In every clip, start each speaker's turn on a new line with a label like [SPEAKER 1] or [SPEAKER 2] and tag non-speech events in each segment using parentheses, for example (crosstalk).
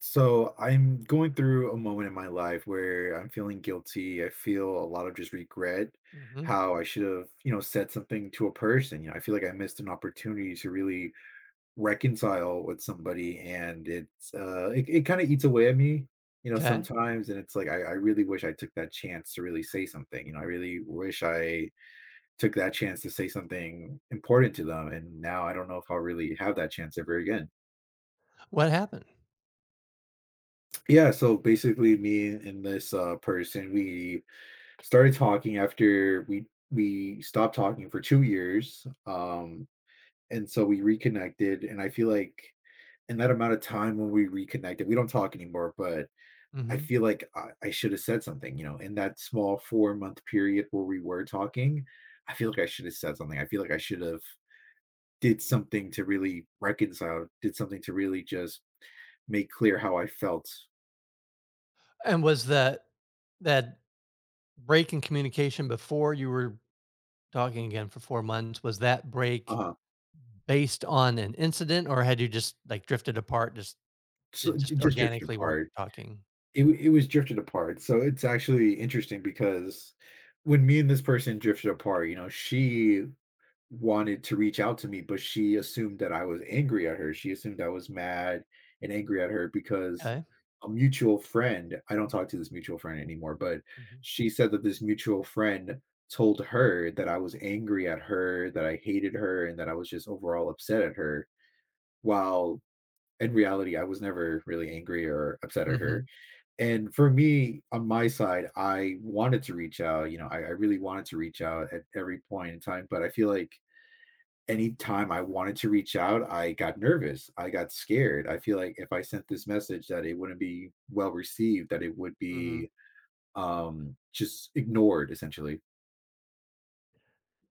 [SPEAKER 1] So I'm going through a moment in my life where I'm feeling guilty. I feel a lot of just regret
[SPEAKER 2] Mm-hmm.
[SPEAKER 1] how I should have, you know, said something to a person. You know, I feel like I missed an opportunity to really reconcile with somebody and it kind of eats away at me, you know,
[SPEAKER 2] Okay.
[SPEAKER 1] sometimes and it's like I really wish I took that chance to really say something. You know, I really wish I took that chance to say something important to them. And now I don't know if I'll really have that chance ever again.
[SPEAKER 2] What happened?
[SPEAKER 1] Yeah, so basically me and this person we started talking after we stopped talking for 2 years. And so we reconnected and I feel like in that amount of time when we reconnected, we don't talk anymore, but I
[SPEAKER 2] Mhm,
[SPEAKER 1] feel like I should have said something, you know, in that small 4-month period where we were talking, I feel like I should have said something. I feel like I should have did something to really reconcile, did something to really just make clear how I felt.
[SPEAKER 2] and was that break in communication before you were talking again for 4 months, was that break
[SPEAKER 1] Uh
[SPEAKER 2] based on an incident, or had you just, like, drifted apart, just
[SPEAKER 1] so
[SPEAKER 2] it
[SPEAKER 1] j-
[SPEAKER 2] just
[SPEAKER 1] just drifted
[SPEAKER 2] organically weren't
[SPEAKER 1] apart.
[SPEAKER 2] talking?
[SPEAKER 1] It was drifted apart. So it's actually interesting because when me and this person drifted apart, you know, she wanted to reach out to me, but she assumed that I was angry at her. She assumed I was mad and angry at her because
[SPEAKER 2] 'Kay.
[SPEAKER 1] a mutual friend, I don't talk to this mutual friend anymore, but
[SPEAKER 2] Mhm.
[SPEAKER 1] she said that this mutual friend told her that I was angry at her, that I hated her, and that I was just overall upset at her, while in reality, I was never really angry or upset at her.
[SPEAKER 2] Mhm.
[SPEAKER 1] And for me on my side I wanted to reach out, you know, I really wanted to reach out at every point in time, but I feel like anytime I wanted to reach out I got nervous, I got scared. I feel like if I sent this message that it wouldn't be well received, that it would
[SPEAKER 2] Mhm.
[SPEAKER 1] be just ignored, essentially.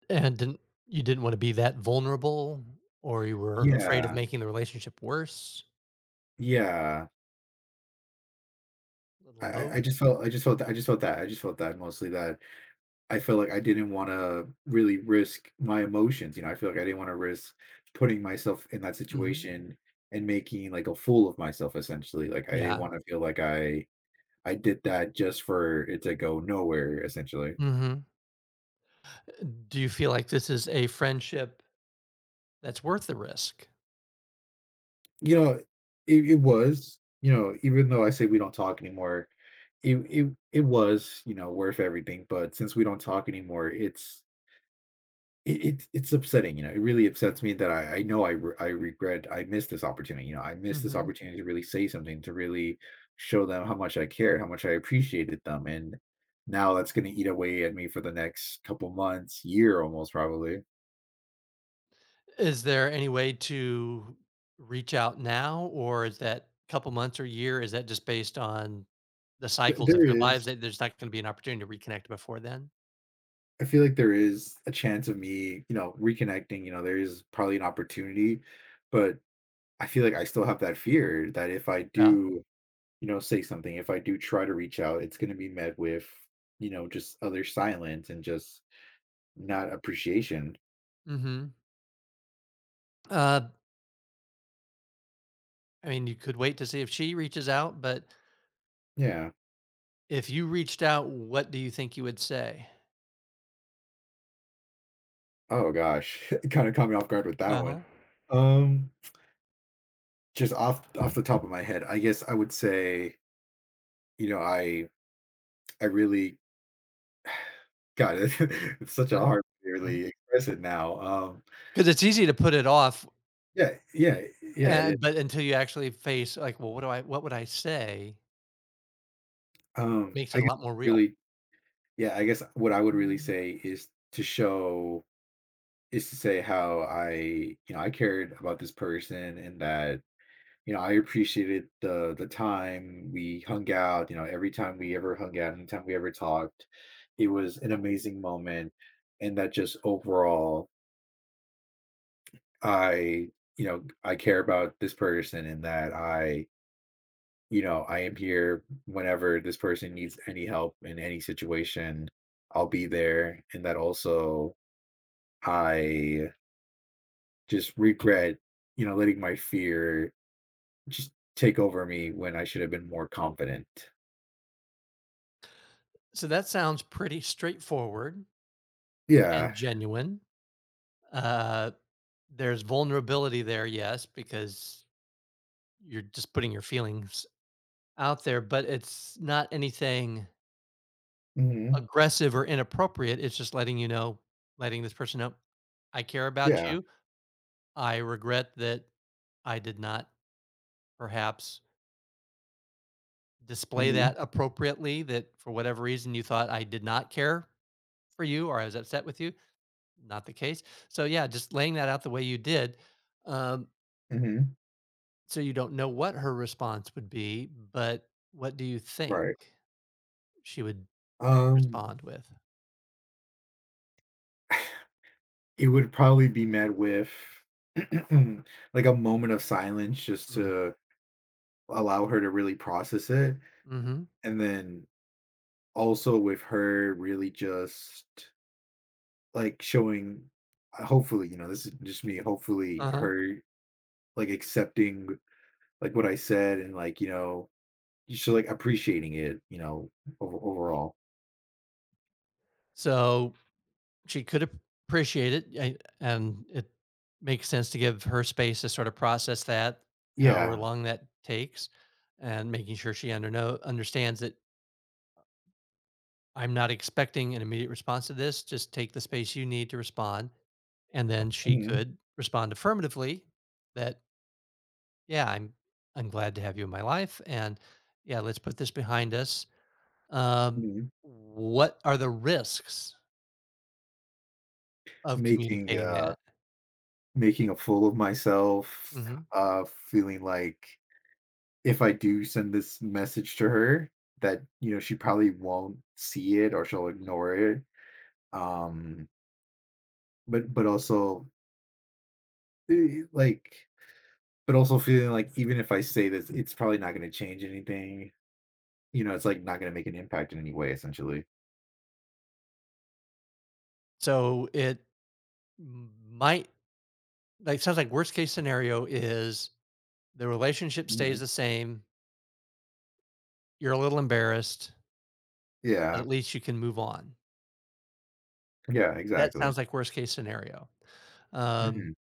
[SPEAKER 2] And didn't wanna be that vulnerable, or you were afraid of
[SPEAKER 1] Yeah,
[SPEAKER 2] making the relationship worse?
[SPEAKER 1] yeah.
[SPEAKER 2] A little
[SPEAKER 1] i,
[SPEAKER 2] of
[SPEAKER 1] I
[SPEAKER 2] both?
[SPEAKER 1] I just felt, I just felt that mostly that I feel like I didn't want to really risk my emotions, you know, I feel like I didn't want to risk putting myself in that
[SPEAKER 2] Mhm.
[SPEAKER 1] situation and making, like, a fool of myself, essentially. Like, I didn't
[SPEAKER 2] Yeah.
[SPEAKER 1] wanna feel like I did that just for it to go nowhere, essentially.
[SPEAKER 2] Mhm. Do you feel like this is a friendship that's worth the risk?
[SPEAKER 1] You know, it was, you know, even though I say we don't talk anymore, it was, you know, worth everything, but since we don't talk anymore, it it's upsetting. You know, it really upsets me that I know I regret I missed this opportunity. You know, I missed this
[SPEAKER 2] Mhm.
[SPEAKER 1] opportunity to really say something, to really show them how much I cared, how much I appreciated them. And now that's going to eat away at me for the next couple months, year almost probably.
[SPEAKER 2] Is there any way to reach out now, or is that couple months or year, is that just based on the
[SPEAKER 1] Th-
[SPEAKER 2] cycles of
[SPEAKER 1] there
[SPEAKER 2] your
[SPEAKER 1] is,
[SPEAKER 2] lives that there's not gonna be an opportunity to reconnect before then?
[SPEAKER 1] I feel like there is a chance of me, you know, reconnecting. You know, there is probably an opportunity, but I feel like I still have that fear that if I
[SPEAKER 2] Yeah,
[SPEAKER 1] do, you know, say something, if I do try to reach out, it's going to be met with, you know, just other silence and just not appreciation.
[SPEAKER 2] mhm. Uh, I mean, you could wait to see if she reaches out, but
[SPEAKER 1] Yeah.
[SPEAKER 2] if you reached out, what do you think you would say?
[SPEAKER 1] Oh gosh, (laughs) kind of caught me off guard with that one.
[SPEAKER 2] Uh-huh,
[SPEAKER 1] Um, just off the top of my head, I guess I would say, you know, I really got it. (laughs) It's such a
[SPEAKER 2] yeah,
[SPEAKER 1] hard to
[SPEAKER 2] because
[SPEAKER 1] really express it now.
[SPEAKER 2] it's easy to put it off,
[SPEAKER 1] Yeah, yeah, yeah. It is.
[SPEAKER 2] and but until you actually face, like, "Well, what would I say?" It makes
[SPEAKER 1] I
[SPEAKER 2] it a
[SPEAKER 1] guess
[SPEAKER 2] lot more real.
[SPEAKER 1] really, yeah. I guess what I would really say is to show is to say how I, you know, I cared about this person, and that, you know, I appreciated the time we hung out. You know, every time we ever hung out, anytime we ever talked, it was an amazing moment. And that just overall, I, you know, I care about this person, and that I, you know, I am here whenever this person needs any help in any situation, I'll be there. And that also I just regret, you know, letting my fear just take over me when I should have been more confident.
[SPEAKER 2] So that sounds pretty straightforward
[SPEAKER 1] Yeah.
[SPEAKER 2] and genuine. Uh, there's vulnerability there, yes, because you're just putting your feelings out there, but it's not anything
[SPEAKER 1] Hmm.
[SPEAKER 2] aggressive or inappropriate. It's just letting you know, letting this person know, I care about
[SPEAKER 1] Yeah.
[SPEAKER 2] you. I regret that I did not perhaps display
[SPEAKER 1] Hmm.
[SPEAKER 2] that appropriately, that for whatever reason you thought I did not care for you or I was upset with you. Not the case. So yeah, just laying that out the way you did, um,
[SPEAKER 1] Hmm.
[SPEAKER 2] so you don't know what her response would be, but what do you think
[SPEAKER 1] Right.
[SPEAKER 2] she would
[SPEAKER 1] Um,
[SPEAKER 2] respond with?
[SPEAKER 1] it would probably be met with (clears throat) like a moment of silence just
[SPEAKER 2] Mhm.
[SPEAKER 1] to allow her to really process it.
[SPEAKER 2] Mhm.
[SPEAKER 1] And then also with her really just like showing, hopefully, you know, this is just me, hopefully,
[SPEAKER 2] Uh-huh.
[SPEAKER 1] her like accepting like what I said and like, you know, she's like appreciating it, you know, overall.
[SPEAKER 2] So she could ap appreciate it, I and it makes sense to give her space to sort of process that, however
[SPEAKER 1] Yeah.
[SPEAKER 2] long that takes, and making sure she understands that I'm not expecting an immediate response to this. Just take the space you need to respond. And then she
[SPEAKER 1] Mhm,
[SPEAKER 2] could respond affirmatively that, "Yeah, I'm glad to have you in my life, and yeah, let's put this behind us." Um,
[SPEAKER 1] mhm.
[SPEAKER 2] what are the risks of
[SPEAKER 1] Making,
[SPEAKER 2] communicating that?
[SPEAKER 1] making a fool of myself,
[SPEAKER 2] Mhm.
[SPEAKER 1] feeling like if I do send this message to her that, you know, she probably won't see it or she'll ignore it. Um, but also, eh, like but also feeling like even if I say this, it's probably not gonna change anything. You know, it's, like, not gonna make an impact in any way, essentially.
[SPEAKER 2] So it m might like, sounds like worst case scenario is the relationship stays
[SPEAKER 1] Mhm.
[SPEAKER 2] the same, you're a little embarrassed, but
[SPEAKER 1] Yeah.
[SPEAKER 2] at least you can move on.
[SPEAKER 1] Yeah,
[SPEAKER 2] That
[SPEAKER 1] exactly.
[SPEAKER 2] sounds like worst case scenario. Um,
[SPEAKER 1] Mhm,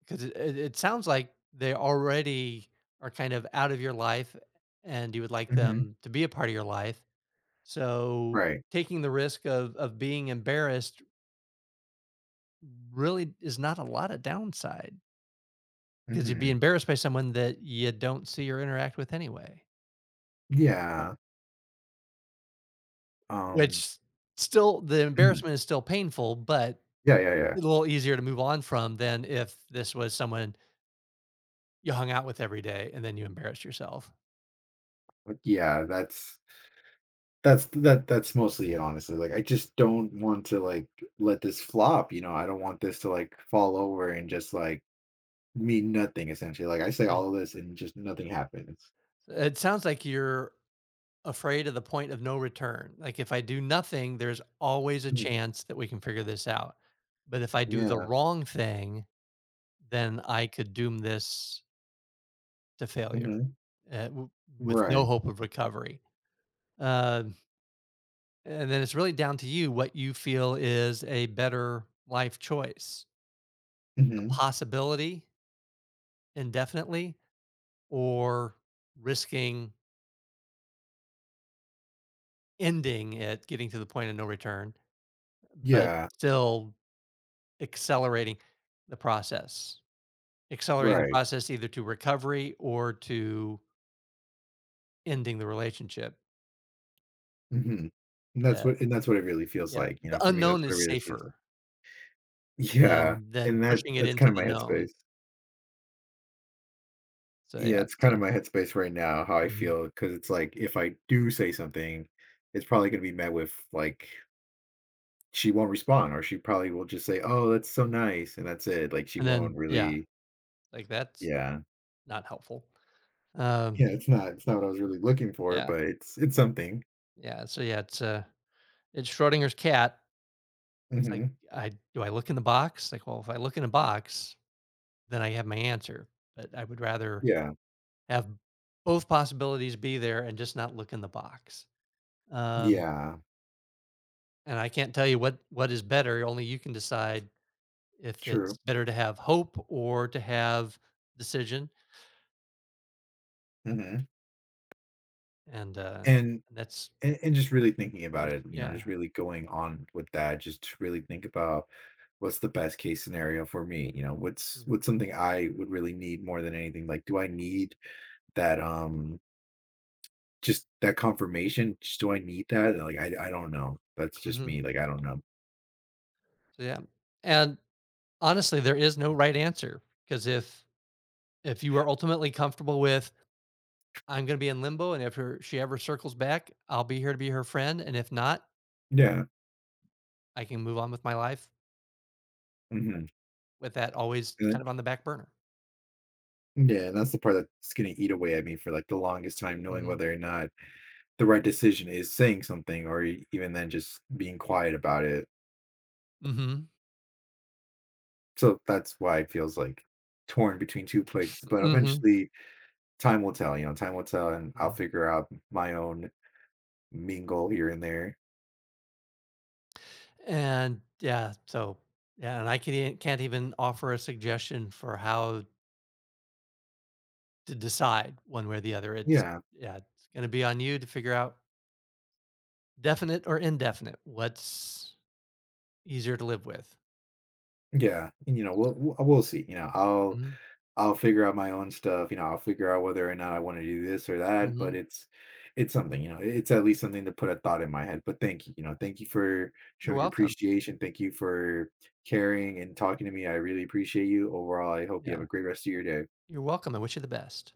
[SPEAKER 2] because it sounds like they already are kind of out of your life and you would like
[SPEAKER 1] mhm.
[SPEAKER 2] them to be a part of your life. So
[SPEAKER 1] Right.
[SPEAKER 2] taking the risk of being embarrassed really is not a lot of downside because you'd be
[SPEAKER 1] Mhm.
[SPEAKER 2] embarrassed by someone that you don't see or interact with anyway,
[SPEAKER 1] Yeah. Um.
[SPEAKER 2] which still the
[SPEAKER 1] Mhm.
[SPEAKER 2] embarrassment is still painful, but
[SPEAKER 1] Yeah, yeah,
[SPEAKER 2] a
[SPEAKER 1] yeah.
[SPEAKER 2] little easier to move on from than if this was someone you hung out with every day and then you embarrassed yourself.
[SPEAKER 1] Like, yeah, that that's mostly it, honestly. Like, I just don't want to, like, let this flop, you know? I don't want this to, like, fall over and just, like, mean nothing, essentially. Like, I say
[SPEAKER 2] Yeah.
[SPEAKER 1] all of this and just nothing happens.
[SPEAKER 2] It sounds like you're afraid of the point of no return. Like, if I do nothing, there's always a
[SPEAKER 1] Mm.
[SPEAKER 2] chance that we can figure this out. But if I do the
[SPEAKER 1] Yeah.
[SPEAKER 2] wrong thing, then I could doom this to failure,
[SPEAKER 1] Mhm.
[SPEAKER 2] uh, w- with no
[SPEAKER 1] Right.
[SPEAKER 2] hope of recovery. Uh, and then it's really down to you what you feel is a better life choice, the
[SPEAKER 1] Mhm.
[SPEAKER 2] possibility indefinitely or risking ending it, getting to the point of no return, but
[SPEAKER 1] Yeah.
[SPEAKER 2] still accelerating the process. Accelerating the
[SPEAKER 1] Right.
[SPEAKER 2] process either to recovery or to ending the relationship.
[SPEAKER 1] Mhm. And that's
[SPEAKER 2] Uh,
[SPEAKER 1] what and that's what it really feels
[SPEAKER 2] yeah,
[SPEAKER 1] like, you
[SPEAKER 2] the
[SPEAKER 1] know? For me, that's
[SPEAKER 2] unknown
[SPEAKER 1] what it
[SPEAKER 2] is
[SPEAKER 1] really feels like.
[SPEAKER 2] safer
[SPEAKER 1] Yeah,
[SPEAKER 2] than
[SPEAKER 1] and
[SPEAKER 2] pushing it
[SPEAKER 1] that's
[SPEAKER 2] into
[SPEAKER 1] kinda
[SPEAKER 2] the
[SPEAKER 1] my
[SPEAKER 2] known.
[SPEAKER 1] headspace.
[SPEAKER 2] So,
[SPEAKER 1] Yeah,
[SPEAKER 2] yeah,
[SPEAKER 1] it's
[SPEAKER 2] it's,
[SPEAKER 1] kind of my headspace right now, how I
[SPEAKER 2] mhm,
[SPEAKER 1] feel because it's like if I do say something, it's probably gonna be met with like she won't respond, or she probably will just say, "Oh, that's so nice," and that's it. Like she
[SPEAKER 2] and then
[SPEAKER 1] won't
[SPEAKER 2] yeah,
[SPEAKER 1] really
[SPEAKER 2] like, that's
[SPEAKER 1] yeah.
[SPEAKER 2] not helpful. Um,
[SPEAKER 1] Yeah, it's not what I was really looking for,
[SPEAKER 2] yeah,
[SPEAKER 1] but it's something.
[SPEAKER 2] yeah, so, yeah, it's Schrodinger's cat. It's like,
[SPEAKER 1] Mhm.
[SPEAKER 2] I do I look in the box? Like, well, if I look in a box, then I have my answer, but I would rather
[SPEAKER 1] Yeah.
[SPEAKER 2] have both possibilities be there and just not look in the box. Um,
[SPEAKER 1] Yeah.
[SPEAKER 2] and I can't tell you what is better, only you can decide if
[SPEAKER 1] True.
[SPEAKER 2] it's better to have hope or to have decision,
[SPEAKER 1] Mhm.
[SPEAKER 2] and,
[SPEAKER 1] And
[SPEAKER 2] that's
[SPEAKER 1] and just really thinking about
[SPEAKER 2] yours.
[SPEAKER 1] it, you know,
[SPEAKER 2] Yeah.
[SPEAKER 1] just really going on with that, just to really think about what's the best case scenario for me. You know, what's
[SPEAKER 2] Mhm.
[SPEAKER 1] something I would really need more than anything. Like, do I need that just that confirmation? Just do I need that? Like, I don't know. That's just
[SPEAKER 2] Mhm.
[SPEAKER 1] me. Like, I don't know.
[SPEAKER 2] So, yeah. And, honestly, there is no right answer because if you are ultimately comfortable with, "I'm gonna be in limbo, and if her she ever circles back, I'll be here to be her friend, and if not,
[SPEAKER 1] Yeah.
[SPEAKER 2] I can move on with my life,"
[SPEAKER 1] Hmm.
[SPEAKER 2] with that always kind of on the back burner.
[SPEAKER 1] Yeah, and that's the part that's gonna eat away at me for like the longest time, knowing
[SPEAKER 2] Mhm.
[SPEAKER 1] whether or not the right decision is saying something or even then just being quiet about it.
[SPEAKER 2] Mhm.
[SPEAKER 1] So that's why it feels like torn between two places, but
[SPEAKER 2] Mhm.
[SPEAKER 1] eventually time will tell, you know, time will tell, and I'll
[SPEAKER 2] Yeah.
[SPEAKER 1] figure out my own mingle here and there.
[SPEAKER 2] And, yeah, so yeah, and I can e can't even offer a suggestion for how to decide one way or the other. It's
[SPEAKER 1] Yeah.
[SPEAKER 2] yeah, it's gonna be on you to figure out definite or indefinite, what's easier to live with.
[SPEAKER 1] Yeah. And, you know, we'll see, you know,
[SPEAKER 2] Mhm.
[SPEAKER 1] I'll figure out my own stuff. You know, I'll figure out whether or not I want to do this or that, but
[SPEAKER 2] Mhm.
[SPEAKER 1] it's something, you know, it's at least something to put a thought in my head. But thank you, you know, thank you for
[SPEAKER 2] You're
[SPEAKER 1] showing
[SPEAKER 2] welcome.
[SPEAKER 1] appreciation. Thank you for caring and talking to me. I really appreciate you. Overall, I hope you have
[SPEAKER 2] Yeah.
[SPEAKER 1] a great rest of your day.
[SPEAKER 2] You're welcome. I wish you the best.